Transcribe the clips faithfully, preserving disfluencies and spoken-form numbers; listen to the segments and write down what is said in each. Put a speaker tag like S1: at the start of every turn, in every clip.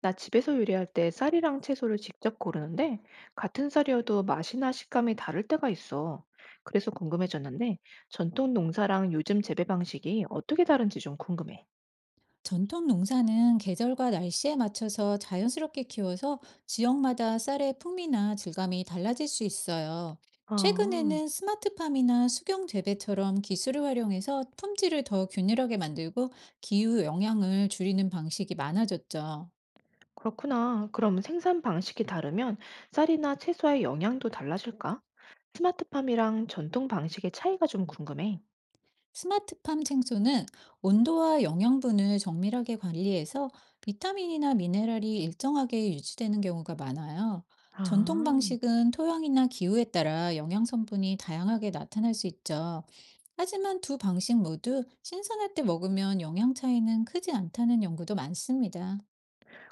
S1: 나 집에서 요리할 때 쌀이랑 채소를 직접 고르는데 같은 쌀이어도 맛이나 식감이 다를 때가 있어. 그래서 궁금해졌는데 전통 농사랑 요즘 재배 방식이 어떻게 다른지 좀 궁금해.
S2: 전통 농사는 계절과 날씨에 맞춰서 자연스럽게 키워서 지역마다 쌀의 풍미나 질감이 달라질 수 있어요.
S1: 아,
S2: 최근에는 스마트팜이나 수경 재배처럼 기술을 활용해서 품질을 더 균일하게 만들고 기후 영향을 줄이는 방식이 많아졌죠.
S1: 그렇구나. 그럼 생산 방식이 다르면 쌀이나 채소의 영향도 달라질까? 스마트팜이랑 전통 방식의 차이가 좀 궁금해.
S2: 스마트팜 생소는 온도와 영양분을 정밀하게 관리해서 비타민이나 미네랄이 일정하게 유지되는 경우가 많아요. 전통
S1: 아.
S2: 방식은 토양이나 기후에 따라 영양 성분이 다양하게 나타날 수 있죠. 하지만 두 방식 모두 신선할 때 먹으면 영양 차이는 크지 않다는 연구도 많습니다.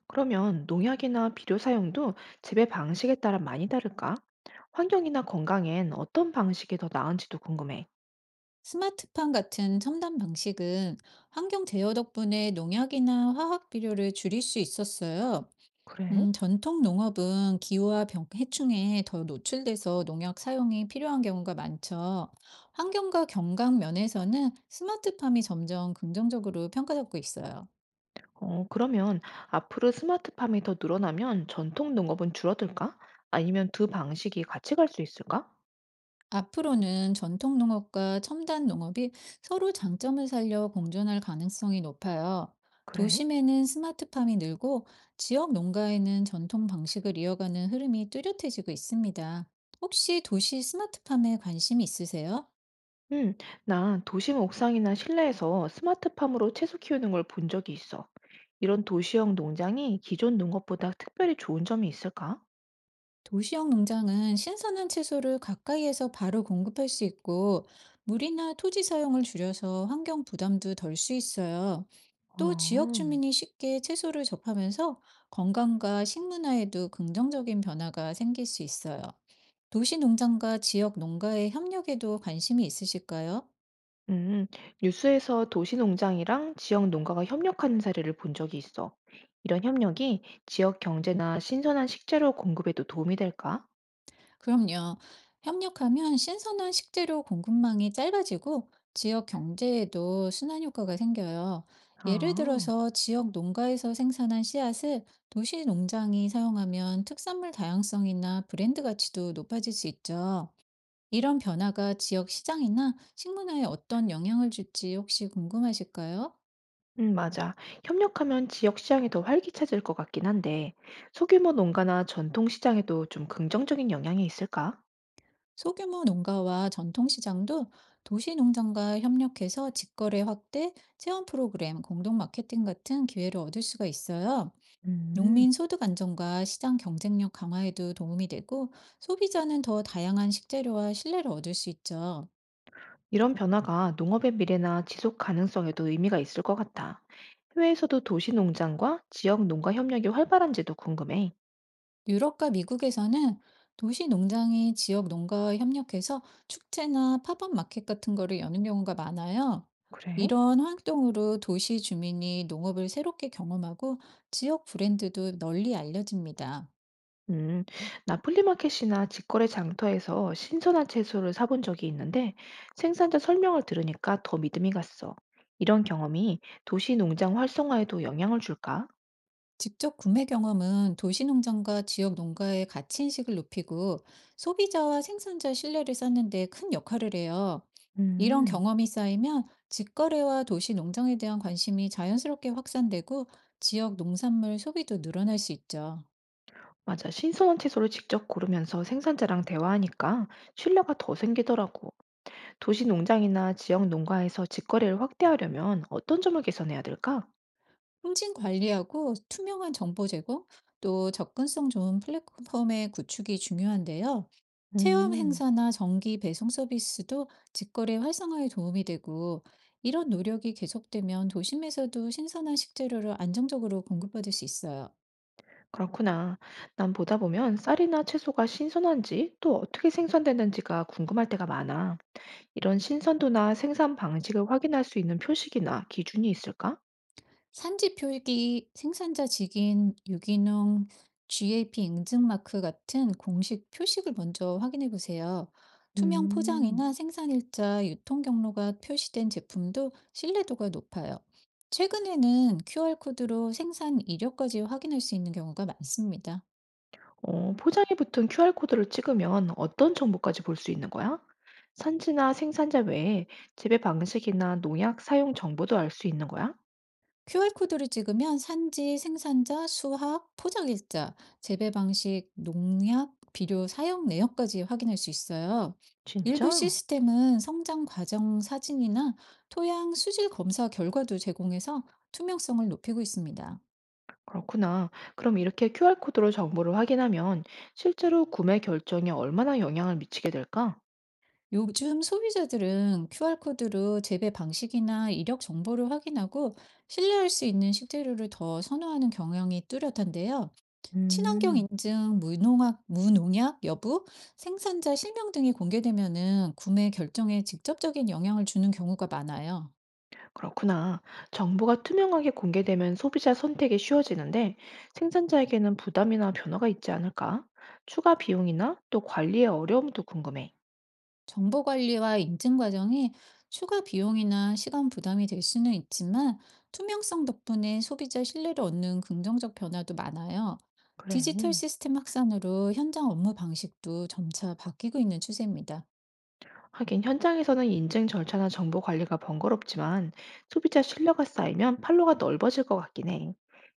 S1: 그러면 농약이나 비료 사용도 재배 방식에 따라 많이 다를까? 환경이나 건강엔 어떤 방식이 더 나은지도 궁금해.
S2: 스마트팜 같은 첨단 방식은 환경 제어 덕분에 농약이나 화학 비료를 줄일 수 있었어요.
S1: 그래?
S2: 음, 전통 농업은 기후와 병, 해충에 더 노출돼서 농약 사용이 필요한 경우가 많죠. 환경과 경각 면에서는 스마트팜이 점점 긍정적으로 평가받고 있어요.
S1: 어, 그러면 앞으로 스마트팜이 더 늘어나면 전통 농업은 줄어들까? 아니면 두 방식이 같이 갈 수 있을까?
S2: 앞으로는 전통 농업과 첨단 농업이 서로 장점을 살려 공존할 가능성이 높아요.
S1: 그래?
S2: 도심에는 스마트팜이 늘고 지역 농가에는 전통 방식을 이어가는 흐름이 뚜렷해지고 있습니다. 혹시 도시 스마트팜에 관심이 있으세요?
S1: 응, 나 도심 옥상이나 실내에서 스마트팜으로 채소 키우는 걸 본 적이 있어. 이런 도시형 농장이 기존 농업보다 특별히 좋은 점이 있을까?
S2: 도시형 농장은 신선한 채소를 가까이에서 바로 공급할 수 있고, 물이나 토지 사용을 줄여서 환경 부담도 덜 수 있어요. 또 지역
S1: 어.
S2: 주민이 쉽게 채소를 접하면서 건강과 식문화에도 긍정적인 변화가 생길 수 있어요. 도시 농장과 지역 농가의 협력에도 관심이 있으실까요?
S1: 음, 뉴스에서 도시 농장이랑 지역 농가가 협력하는 사례를 본 적이 있어. 이런 협력이 지역 경제나 신선한 식재료 공급에도 도움이 될까?
S2: 그럼요. 협력하면 신선한 식재료 공급망이 짧아지고 지역 경제에도 순환 효과가 생겨요. 예를
S1: 아,
S2: 들어서 지역 농가에서 생산한 씨앗을 도시 농장이 사용하면 특산물 다양성이나 브랜드 가치도 높아질 수 있죠. 이런 변화가 지역 시장이나 식문화에 어떤 영향을 줄지 혹시 궁금하실까요?
S1: 음, 맞아. 협력하면 지역 시장이 더 활기차질 것 같긴 한데, 소규모 농가나 전통 시장에도 좀 긍정적인 영향이 있을까?
S2: 소규모 농가와 전통시장도 도시농장과 협력해서 직거래 확대, 체험 프로그램, 공동 마케팅 같은 기회를 얻을 수가 있어요.
S1: 음,
S2: 농민 소득 안정과 시장 경쟁력 강화에도 도움이 되고 소비자는 더 다양한 식재료와 신뢰를 얻을 수 있죠.
S1: 이런 변화가 농업의 미래나 지속 가능성에도 의미가 있을 것 같아. 해외에서도 도시 농장과 지역 농가 협력이 활발한지도 궁금해.
S2: 유럽과 미국에서는 도시 농장이 지역 농가와 협력해서 축제나 팝업 마켓 같은 거를 여는 경우가 많아요.
S1: 그래?
S2: 이런 활동으로 도시 주민이 농업을 새롭게 경험하고 지역 브랜드도 널리 알려집니다.
S1: 음, 나 플리마켓이나 직거래 장터에서 신선한 채소를 사본 적이 있는데 생산자 설명을 들으니까 더 믿음이 갔어. 이런 경험이 도시 농장 활성화에도 영향을 줄까?
S2: 직접 구매 경험은 도시 농장과 지역 농가의 가치 인식을 높이고 소비자와 생산자 신뢰를 쌓는 데 큰 역할을 해요. 이런
S1: 음,
S2: 경험이 쌓이면 직거래와 도시 농장에 대한 관심이 자연스럽게 확산되고 지역 농산물 소비도 늘어날 수 있죠.
S1: 맞아. 신선한 채소를 직접 고르면서 생산자랑 대화하니까 신뢰가 더 생기더라고. 도시 농장이나 지역 농가에서 직거래를 확대하려면 어떤 점을 개선해야 될까?
S2: 통진 관리하고 투명한 정보 제공, 또 접근성 좋은 플랫폼의 구축이 중요한데요. 체험
S1: 음.
S2: 행사나 정기 배송 서비스도 직거래 활성화에 도움이 되고, 이런 노력이 계속되면 도심에서도 신선한 식재료를 안정적으로 공급받을 수 있어요.
S1: 그렇구나. 난 보다 보면 쌀이나 채소가 신선한지 또 어떻게 생산되는지가 궁금할 때가 많아. 이런 신선도나 생산 방식을 확인할 수 있는 표식이나 기준이 있을까?
S2: 산지 표기, 생산자 직인, 유기농, 지에이피 인증 마크 같은 공식 표식을 먼저 확인해 보세요. 투명
S1: 음,
S2: 포장이나 생산 일자, 유통 경로가 표시된 제품도 신뢰도가 높아요. 최근에는 큐알코드로 생산 이력까지 확인할 수 있는 경우가 많습니다.
S1: 어, 포장에 붙은 큐알코드를 찍으면 어떤 정보까지 볼 수 있는 거야? 산지나 생산자 외에 재배 방식이나 농약 사용 정보도 알 수 있는 거야?
S2: 큐알코드를 찍으면 산지, 생산자, 수확, 포장일자, 재배 방식, 농약, 비료 사용 내역까지 확인할 수 있어요. 일부
S1: 진짜?
S2: 시스템은 성장 과정 사진이나 토양 수질 검사 결과도 제공해서 투명성을 높이고 있습니다.
S1: 그렇구나. 그럼 이렇게 큐알코드로 정보를 확인하면 실제로 구매 결정에 얼마나 영향을 미치게 될까?
S2: 요즘 소비자들은 큐알코드로 재배 방식이나 이력 정보를 확인하고 신뢰할 수 있는 식재료를 더 선호하는 경향이 뚜렷한데요. 친환경
S1: 음,
S2: 인증, 무농약, 무농약 여부, 생산자 실명 등이 공개되면은 구매 결정에 직접적인 영향을 주는 경우가 많아요.
S1: 그렇구나. 정보가 투명하게 공개되면 소비자 선택이 쉬워지는데 생산자에게는 부담이나 변화가 있지 않을까? 추가 비용이나 또 관리의 어려움도 궁금해.
S2: 정보 관리와 인증 과정이 추가 비용이나 시간 부담이 될 수는 있지만 투명성 덕분에 소비자 신뢰를 얻는 긍정적 변화도 많아요.
S1: 그래.
S2: 디지털 시스템 확산으로 현장 업무 방식도 점차 바뀌고 있는 추세입니다.
S1: 하긴 현장에서는 인증 절차나 정보 관리가 번거롭지만 소비자 신뢰가 쌓이면 판로가 넓어질 것 같긴 해.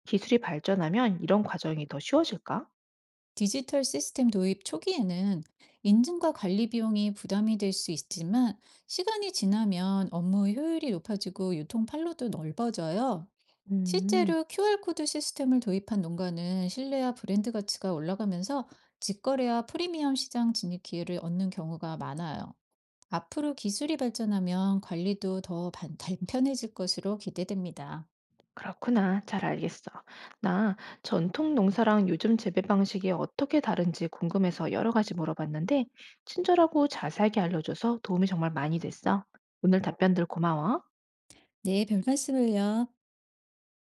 S1: 기술이 발전하면 이런 과정이 더 쉬워질까?
S2: 디지털 시스템 도입 초기에는 인증과 관리 비용이 부담이 될 수 있지만 시간이 지나면 업무 효율이 높아지고 유통 판로도 넓어져요.
S1: 음.
S2: 실제로 큐알코드 시스템을 도입한 농가는 신뢰와 브랜드 가치가 올라가면서 직거래와 프리미엄 시장 진입 기회를 얻는 경우가 많아요. 앞으로 기술이 발전하면 관리도 더 반- 단편해질 것으로 기대됩니다.
S1: 그렇구나. 잘 알겠어. 나 전통 농사랑 요즘 재배 방식이 어떻게 다른지 궁금해서 여러 가지 물어봤는데, 친절하고 자세하게 알려줘서 도움이 정말 많이 됐어. 오늘 답변들 고마워.
S2: 네, 별 말씀을요.